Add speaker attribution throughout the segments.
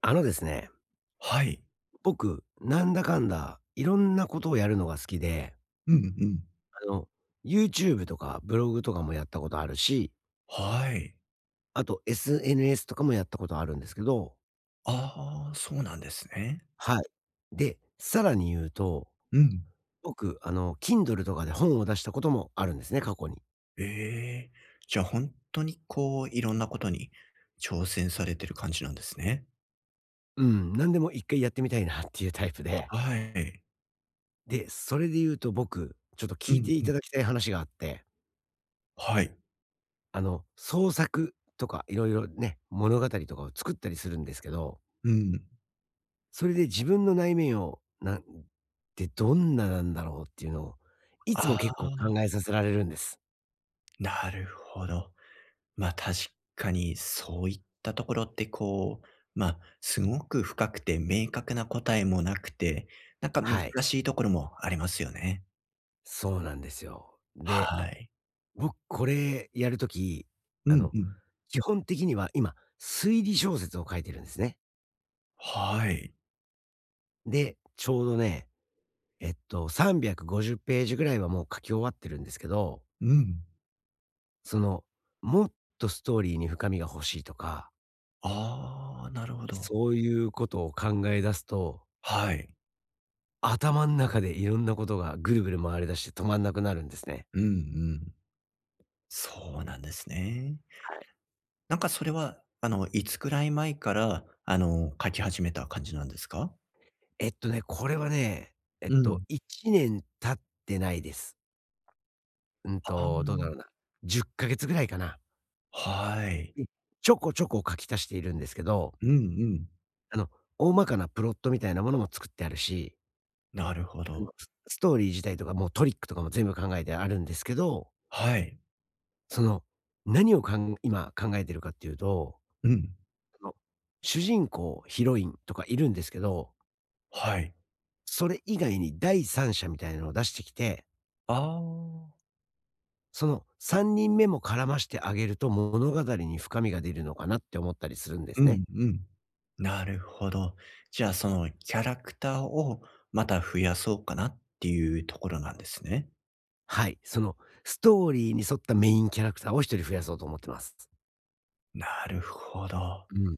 Speaker 1: あのですね、
Speaker 2: はい。
Speaker 1: 僕、なんだかんだ、いろんなことをやるのが好きで、
Speaker 2: うんうん。
Speaker 1: あの、YouTube とかブログとかもやったことあるし、
Speaker 2: はい。
Speaker 1: あと SNS とかもやったことあるんですけど、
Speaker 2: ああ、そうなんですね。
Speaker 1: はい。で、さらに言うと、
Speaker 2: うん。
Speaker 1: 僕、Kindle とかで本を出したこともあるんですね、過去に。
Speaker 2: ええ、じゃあ本当にこう、いろんなことに挑戦されてる感じなんですね。
Speaker 1: うん、なんでも一回やってみたいなっていうタイプで。
Speaker 2: はい。
Speaker 1: で、それで言うと僕、ちょっと
Speaker 2: う
Speaker 1: 聞いて
Speaker 2: ん
Speaker 1: い
Speaker 2: う
Speaker 1: た
Speaker 2: ん。
Speaker 1: だきたい話があって、
Speaker 2: はい。
Speaker 1: 創作とかいろいろね、物語とかを作ったりするんですけど、
Speaker 2: うん。
Speaker 1: それで自分の内面を、なんで、どんななんだろうっていうのを、いつも
Speaker 2: あ
Speaker 1: 結構
Speaker 2: あ、
Speaker 1: 考えさせられるんです。
Speaker 2: なるほど。まあ確かにそういったところってこう、まあすごく深くて明確な答えもなくて、なんか難
Speaker 1: はい。
Speaker 2: しいところもありますよね。
Speaker 1: そうなんですよ。で、
Speaker 2: はい。
Speaker 1: 僕これやるとき、
Speaker 2: う
Speaker 1: あ
Speaker 2: ん
Speaker 1: の、
Speaker 2: うん。
Speaker 1: 基本的には今、推理小説を書いてるんですね。
Speaker 2: はい。
Speaker 1: で、ちょうどね、350ページぐらいはもう書き終わってるんですけど、
Speaker 2: うん。
Speaker 1: その、もっとストーリーに深みが欲しいとか、
Speaker 2: ああ、なるほど。
Speaker 1: そういうことを考え出すと、
Speaker 2: はい。
Speaker 1: 頭ん中でいろんなことがぐるぐる回り出して止まんなくなるんですね。
Speaker 2: うんうん。そうなんですね。なんかそれは、あの、いつくらい前から、あの、描き始めた感じなんですか？
Speaker 1: これはね、
Speaker 2: うん。
Speaker 1: 1年経ってないです。うんと、どうだろう
Speaker 2: あ
Speaker 1: な、10ヶ月ぐらいかな。
Speaker 2: あ、はい。
Speaker 1: に、ちょこちょこ書き足しているんですけど、
Speaker 2: うんうん。
Speaker 1: あの、大まかなプロットみたいなものも作ってあるし、
Speaker 2: なるほど。
Speaker 1: スストーリー自体とか、もうトリックとかも全部考えてあるんですけど、
Speaker 2: はい。
Speaker 1: その、何をかん今考えてるかっていうと、
Speaker 2: うん。
Speaker 1: その、主人公、ヒロインとかいるんですけど、
Speaker 2: はい。
Speaker 1: それ以外に第三者みたいなのを出してきて、
Speaker 2: ああ。
Speaker 1: その3人目も絡ましてあげると物語に深みが出るのかなって思ったりするんで
Speaker 2: う
Speaker 1: すね。
Speaker 2: んうん。なるほど。じゃあ、そのキャラクターをまた増やそうかなっていうところなんですね。
Speaker 1: はい。そのストーリーに沿ったメインキャラクターを一人増やそうと思ってます。
Speaker 2: なるほど。
Speaker 1: うん。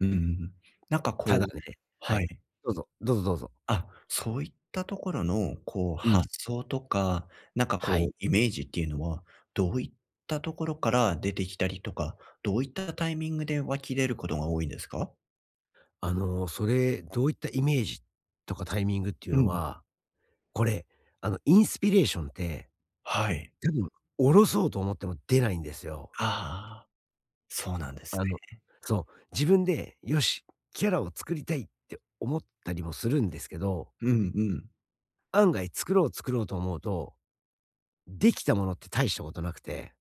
Speaker 2: うんうん。なんか
Speaker 1: た
Speaker 2: こ
Speaker 1: だ
Speaker 2: う、
Speaker 1: ね、は
Speaker 2: は
Speaker 1: い。
Speaker 2: い。
Speaker 1: どうぞ、どうぞ、どうぞ。
Speaker 2: あ、そういったところの、こう、
Speaker 1: うん。
Speaker 2: 発想とか、なんか
Speaker 1: は
Speaker 2: こ
Speaker 1: い。
Speaker 2: う、イメージっていうのは、どういったところから出てきたりとか、どういったタイミングで湧き出ることが多いんですか？
Speaker 1: あの、それ、どういったイメージとかタイミングっていう
Speaker 2: う
Speaker 1: の
Speaker 2: ん。
Speaker 1: は、これ、インスピレーションって、
Speaker 2: はい。
Speaker 1: 多分、おろそうと思っても出ないんですよ。
Speaker 2: ああ、そうなんです
Speaker 1: あの、
Speaker 2: ね。
Speaker 1: そう、自分で、よし、キャラを作りたいって思ったりもするんですけど、
Speaker 2: うんうん。
Speaker 1: 案外作ろう作ろうと思うと、できたものって大したことなくて、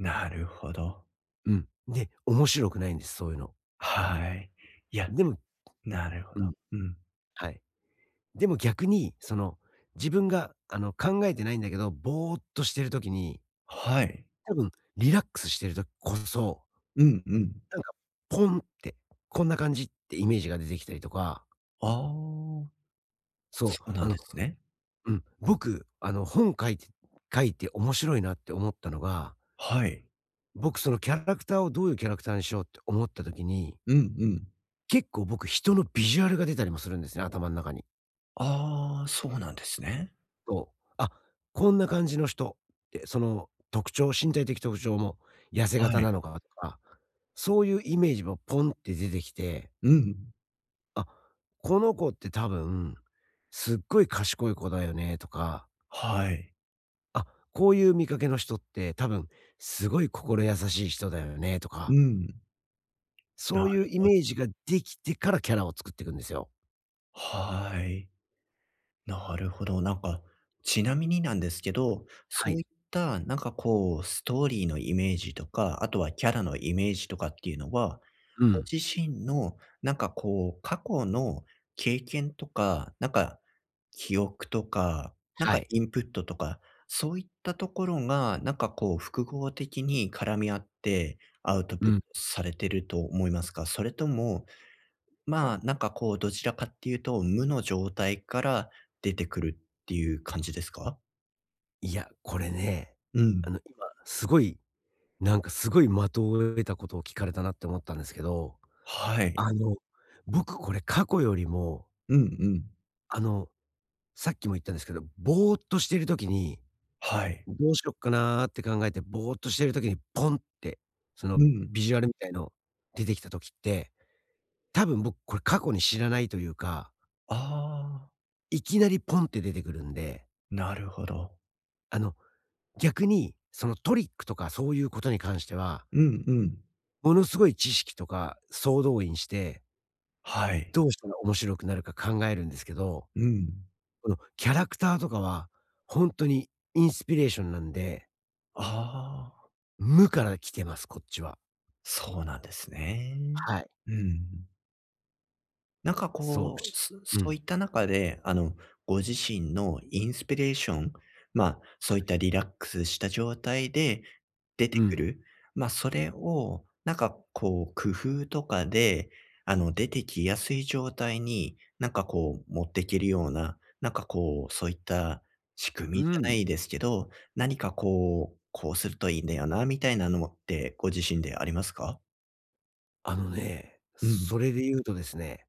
Speaker 2: なるほど。
Speaker 1: うん。で、面白くないんです、そういうの。
Speaker 2: はい。いや、
Speaker 1: でも、
Speaker 2: なるほ
Speaker 1: うん、
Speaker 2: ど。うん。
Speaker 1: はい。でも逆に、その、自分が、考えてないんだけど、ぼーっとしてる時に、
Speaker 2: はい。
Speaker 1: 多分リラックスしてる時こそ、
Speaker 2: うんうん。
Speaker 1: なんか、ポンって、こんな感じってイメージが出てきたりとか、
Speaker 2: ああ、
Speaker 1: そ
Speaker 2: そ
Speaker 1: う、
Speaker 2: うな
Speaker 1: あ
Speaker 2: ん
Speaker 1: の、
Speaker 2: ですね。
Speaker 1: うん、僕、本書いて面白いなって思ったのが、
Speaker 2: はい。
Speaker 1: 僕そのキャラクターをどういうキャラクターにしようって思った時に、
Speaker 2: うんうん。
Speaker 1: 結構僕人のビジュアルが出たりもするんですね、頭の中に。
Speaker 2: ああ、そうなんですね。
Speaker 1: そう。あ、こんな感じの人って、その特徴、身体的特徴も痩せ
Speaker 2: は
Speaker 1: 型
Speaker 2: い。
Speaker 1: なのかとか、そういうイメージもポンって出てきて、
Speaker 2: うん。
Speaker 1: あ、この子って多分、すっごい賢い子だよねとか、
Speaker 2: はい。
Speaker 1: あ、こういう見かけの人って多分すごい心優しい人だよねとか、
Speaker 2: うん、
Speaker 1: そ
Speaker 2: な
Speaker 1: ういう
Speaker 2: る
Speaker 1: イ
Speaker 2: ほ
Speaker 1: メ
Speaker 2: ど。
Speaker 1: ージができてからキャラを作っていくんですよ。
Speaker 2: はい。なるほど。なんか、ちなみになんですけど、
Speaker 1: は
Speaker 2: そう
Speaker 1: い。
Speaker 2: いったなんかこう、ストーリーのイメージとか、あとはキャラのイメージとかっていうのは、
Speaker 1: う
Speaker 2: ご
Speaker 1: ん。
Speaker 2: 自身のなんかこう、過去の経験とか、なんか記憶とか、なんか
Speaker 1: はい。
Speaker 2: インプットとか、そういったところが、なんかこう、複合的に絡み合ってアウト
Speaker 1: う
Speaker 2: プット
Speaker 1: ん。
Speaker 2: されてると思いますか？それともまあ、なんかこう、どちらかっていうと、無の状態から出てくるっていう感じですか？
Speaker 1: いや、これね、
Speaker 2: うん。
Speaker 1: 今すごい、なんかすごい的を得たことを聞かれたなって思ったんですけど、
Speaker 2: はい。
Speaker 1: あの、僕これ過去よりも、
Speaker 2: うんうん。
Speaker 1: あの、さっきも言ったんですけど、ぼーっとしてる時に
Speaker 2: はい。
Speaker 1: どうしよっかなって考えてぼーっとしてる時にポンって、その
Speaker 2: うん。
Speaker 1: ビジュアルみたいの出てきた時って、多分僕これ過去に知らないというか、
Speaker 2: ああ、
Speaker 1: いきなりポンって出てくるんで、
Speaker 2: なるほど。
Speaker 1: あの、逆にそのトリックとかそういうことに関しては、
Speaker 2: うんうん。
Speaker 1: ものすごい知識とか総動員して、
Speaker 2: はい。
Speaker 1: どうしたら面白くなるか考えるんですけど、
Speaker 2: うん。
Speaker 1: このキャラクターとかは、本当にインスピレーションなんで、
Speaker 2: ああ、
Speaker 1: 無から来てます、こっちは。
Speaker 2: そうなんですね。
Speaker 1: はい。
Speaker 2: うん。なんか
Speaker 1: そ
Speaker 2: こう、そ
Speaker 1: う、う
Speaker 2: そう
Speaker 1: ん。
Speaker 2: いった中で、あの、ご自身のインスピレーション、まあ、
Speaker 1: は
Speaker 2: そういった
Speaker 1: い。
Speaker 2: リラックスした状態で出
Speaker 1: う
Speaker 2: てく
Speaker 1: ん。
Speaker 2: る、まあ、それを、なんかこう、工夫とかで、あの、出てきやすい状態に、なんかこう、持っていけるような、なんかこう、そういった仕組
Speaker 1: う
Speaker 2: みじゃな
Speaker 1: ん。
Speaker 2: いですけど、何かこう、こうするといいんだよな、みたいなのってご自身でありますか？
Speaker 1: あのね、
Speaker 2: うん。
Speaker 1: それで言うとですね、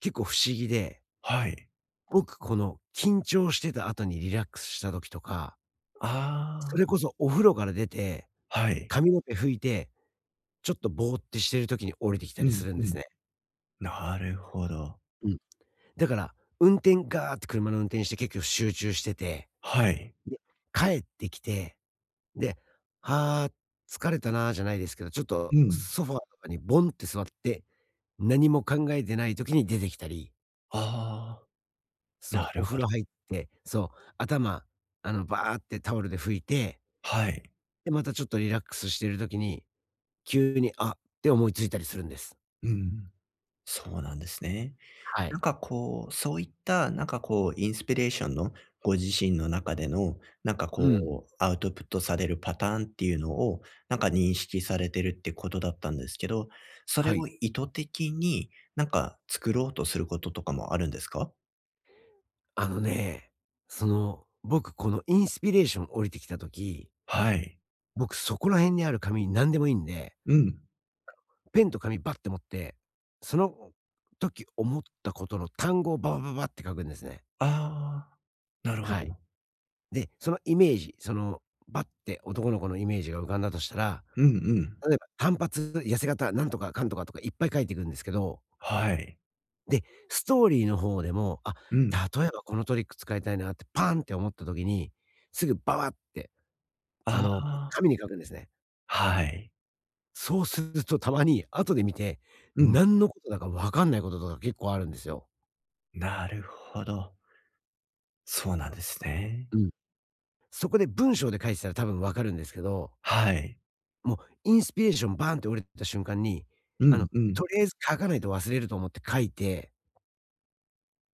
Speaker 1: 結構不思議で、
Speaker 2: はい。
Speaker 1: 僕この緊張してた後にリラックスした時とか、そ
Speaker 2: あ
Speaker 1: れこそお風呂から出て、
Speaker 2: あ、はい。
Speaker 1: 髪の毛拭いて、ちょっとぼーってしてる時に降りてきた
Speaker 2: う
Speaker 1: りす
Speaker 2: ん
Speaker 1: るん
Speaker 2: う
Speaker 1: です
Speaker 2: ん。
Speaker 1: ね。
Speaker 2: なるほど。
Speaker 1: うん。だから、運転ガーって車の運転して結構集中してて、
Speaker 2: はい。
Speaker 1: で、帰ってきて、で、「はあ、疲れたな」じゃないですけど、ちょっと
Speaker 2: うん。
Speaker 1: ソファーとかにボンって座って、何も考えてない時に出てきたり、
Speaker 2: ああ、な
Speaker 1: そう、
Speaker 2: る
Speaker 1: お
Speaker 2: ほ
Speaker 1: 風呂入っ
Speaker 2: ど。
Speaker 1: て、そう、頭、バーってタオルで拭いて、
Speaker 2: はい。
Speaker 1: で、またちょっとリラックスしてる時に、急に、あって思いついたりするんです。
Speaker 2: うん。そうなんですね。
Speaker 1: は
Speaker 2: なん
Speaker 1: い。
Speaker 2: かこう、そういったなんかこう、インスピレーションのご自身の中での、なんか
Speaker 1: う
Speaker 2: こ
Speaker 1: ん。
Speaker 2: う、アウトプットされるパターンっていうのを、なんか認識されてるってことだったんですけど、それ
Speaker 1: はい。
Speaker 2: を意図的になんか作ろうとすることとかもあるんですか？
Speaker 1: あのね、その、僕このインスピレーション降りてきた時、
Speaker 2: はい。
Speaker 1: 僕そこら辺にある紙何でもいいんで、
Speaker 2: うん。
Speaker 1: ペンと紙バッて持って、その時思ったことの単語をババババって書くんですね。
Speaker 2: ああ、なるほ
Speaker 1: はい。
Speaker 2: ど。
Speaker 1: で、そのイメージ、その、バッて男の子のイメージが浮かんだとしたら、
Speaker 2: うんうん。
Speaker 1: 例えば単発、痩せ型、なんとかかんとかとかいっぱい書いていくんですけど、
Speaker 2: はい。
Speaker 1: で、ストーリーの方でも、あ、
Speaker 2: うん。
Speaker 1: 例えばこのトリック使いたいなってパンって思った時に、すぐババって、
Speaker 2: ああ、
Speaker 1: 紙に書くんですね。
Speaker 2: はい。
Speaker 1: そうするとたまに後で見て、
Speaker 2: うん、
Speaker 1: 何のことだかわかんないこととか結構あるんですよ。
Speaker 2: なるほど。そうなんですね。
Speaker 1: うん。そこで文章で書いてたら多分わかるんですけど、
Speaker 2: はい。
Speaker 1: もうインスピレーションバーンって折れた瞬間に、
Speaker 2: うんうん。
Speaker 1: とりあえず書かないと忘れると思って書いて、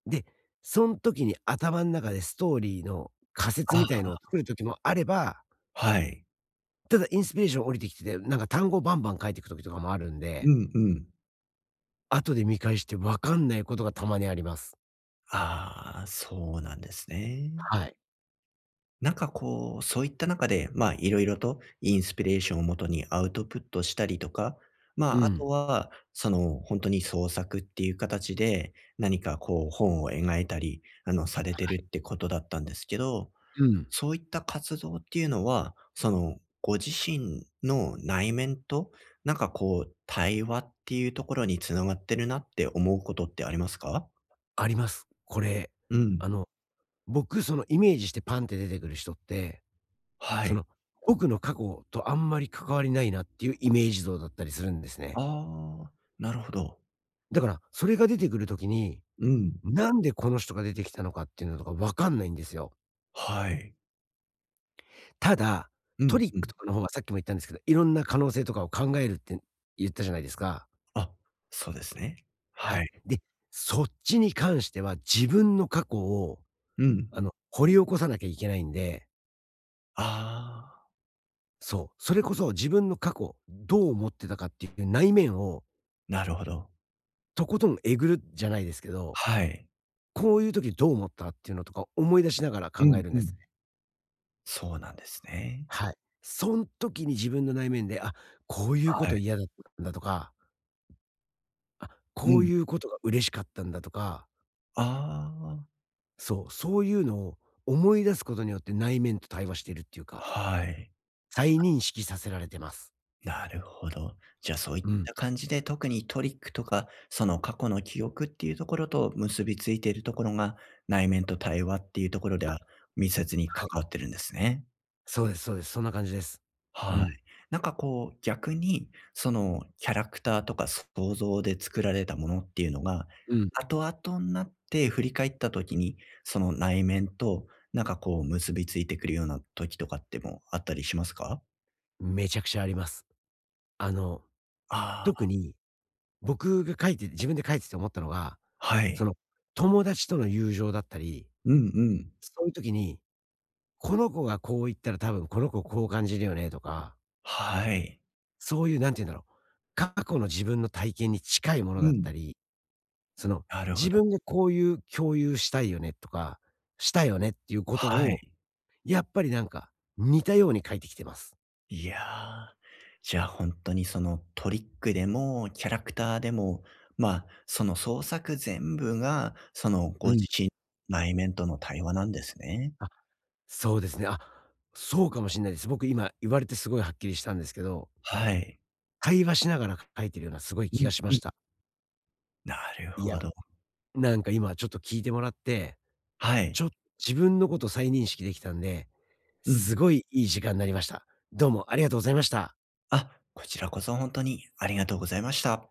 Speaker 1: で、そん時に頭ん中でストーリーの仮説みた
Speaker 2: あ、
Speaker 1: いのを作る時もあれば、
Speaker 2: はい。
Speaker 1: ただインスピレーション降りてきてて、なんか単語バンバン書いてく時とかもあるん
Speaker 2: う
Speaker 1: で、
Speaker 2: んうん。
Speaker 1: 後で見返して分かんないことがたまにあります。
Speaker 2: ああ、そうなんですね。
Speaker 1: はい。
Speaker 2: なんかこう、そういった中で、まあ、いろいろとインスピレーションをもとにアウトプットしたりとか、
Speaker 1: う
Speaker 2: まあ、あと
Speaker 1: ん。
Speaker 2: は、その、本当に創作っていう形で、何かこう本を描いたり、あの、されてるってことだったんですけど、
Speaker 1: うん。
Speaker 2: そういった活動っていうのは、その、ご自身の内面と、なんかこう、対話っていうところに繋がってるなって思うことってありますか？
Speaker 1: あります。これ、
Speaker 2: う
Speaker 1: あ
Speaker 2: ん。
Speaker 1: の、僕そのイメージしてパンって出てくる人って、
Speaker 2: は
Speaker 1: そ
Speaker 2: い。
Speaker 1: の、僕の過去とあんまり関わりないなっていうイメージ像だったりするんですね。
Speaker 2: ああ、なるほど。
Speaker 1: だから、それが出てくる時に、
Speaker 2: うん。
Speaker 1: なんでこの人が出てきたのかっていうのとか分かんないんですよ。
Speaker 2: はい。
Speaker 1: ただ、
Speaker 2: う
Speaker 1: ト
Speaker 2: ん
Speaker 1: リッ
Speaker 2: う
Speaker 1: ク
Speaker 2: ん。
Speaker 1: とかの方はさっきも言ったんですけど、いろんな可能性とかを考えるって言ったじゃないですか。
Speaker 2: あ、そうですね。
Speaker 1: は
Speaker 2: は
Speaker 1: い。
Speaker 2: い。
Speaker 1: で、そっちに関しては自分の過去を、
Speaker 2: うん。
Speaker 1: 掘り起こさなきゃいけないんで、
Speaker 2: ああ、
Speaker 1: そう、それこそ自分の過去、どう思ってたかっていう内面を
Speaker 2: なるほど。
Speaker 1: とことんえぐるじゃないですけど、
Speaker 2: はい。
Speaker 1: こういう時どう思ったっていうのとか思い出しながら
Speaker 2: う
Speaker 1: 考え
Speaker 2: ん
Speaker 1: るん
Speaker 2: う
Speaker 1: です
Speaker 2: ん。
Speaker 1: ね。
Speaker 2: そうなんですね。
Speaker 1: はい。そん時に自分の内面で、あ、こういうこ
Speaker 2: は
Speaker 1: と
Speaker 2: い。
Speaker 1: 嫌だったんだとか、あ、
Speaker 2: う
Speaker 1: こう
Speaker 2: ん。
Speaker 1: いうことが嬉しかったんだとか、
Speaker 2: あ
Speaker 1: そう、そういうのを思い出すことによって内面と対話しているっていう
Speaker 2: あ、
Speaker 1: か、
Speaker 2: はい。
Speaker 1: 再認識させられてます。
Speaker 2: なるほど。じゃあそういっ
Speaker 1: うん。
Speaker 2: た感じで、特にトリックとか、その過去の記憶っていうところと結びついているところが、内面と対話っていうところでは密接に
Speaker 1: は
Speaker 2: 関
Speaker 1: い。
Speaker 2: わってるんですね。
Speaker 1: そうです、そうです。そんな感じです。う
Speaker 2: はい。
Speaker 1: ん。
Speaker 2: なんかこう、逆に、そのキャラクターとか想像で作られたものっていうのが、
Speaker 1: うん。
Speaker 2: 後々になって振り返った時に、その内面となんかこう結びついてくるような時とかってもあったりしますか？
Speaker 1: めちゃくちゃあります。あの、
Speaker 2: ああ
Speaker 1: 特
Speaker 2: ー、
Speaker 1: に僕が書いて自分で書いてて思ったのが、
Speaker 2: は
Speaker 1: そ
Speaker 2: い。
Speaker 1: の、友達との友情だったり、
Speaker 2: うんうん。
Speaker 1: そういう時に、この子がこう言ったら多分この子こう感じるよねとか、
Speaker 2: はい。
Speaker 1: そういうなんて言うんだろう、過去の自分の体験に近いもの
Speaker 2: う
Speaker 1: だっ
Speaker 2: ん、
Speaker 1: たり、その、
Speaker 2: なるほ
Speaker 1: 自
Speaker 2: ど。
Speaker 1: 分がこういう共有したいよねとか、したよねっていうこと
Speaker 2: は
Speaker 1: を、
Speaker 2: い。
Speaker 1: やっぱりなんか、似たように書いてきてます。
Speaker 2: いやー、じゃあ本当にそのトリックでもキャラクターでも、まあ、その創作全部が、その
Speaker 1: う
Speaker 2: ご自
Speaker 1: ん。
Speaker 2: 身内面との対話なんですね。
Speaker 1: あ、そうですね。あ、そうかもしんないです。僕今言われてすごいはっきりしたんですけど、
Speaker 2: はい。
Speaker 1: 会話しながら書いてるようなすごい
Speaker 2: う
Speaker 1: 気
Speaker 2: ん
Speaker 1: がしま
Speaker 2: う
Speaker 1: し
Speaker 2: ん。
Speaker 1: た。
Speaker 2: なる
Speaker 1: いや、
Speaker 2: ほど。
Speaker 1: なんか今ちょっと聞いてもらって、
Speaker 2: は
Speaker 1: ち
Speaker 2: い。
Speaker 1: ょっと自分のこと再認識できたんで、
Speaker 2: う
Speaker 1: す
Speaker 2: ん。
Speaker 1: ごいいい時間になりました。どうもありがとうございました。
Speaker 2: あ、こちらこそ本当にありがとうございました。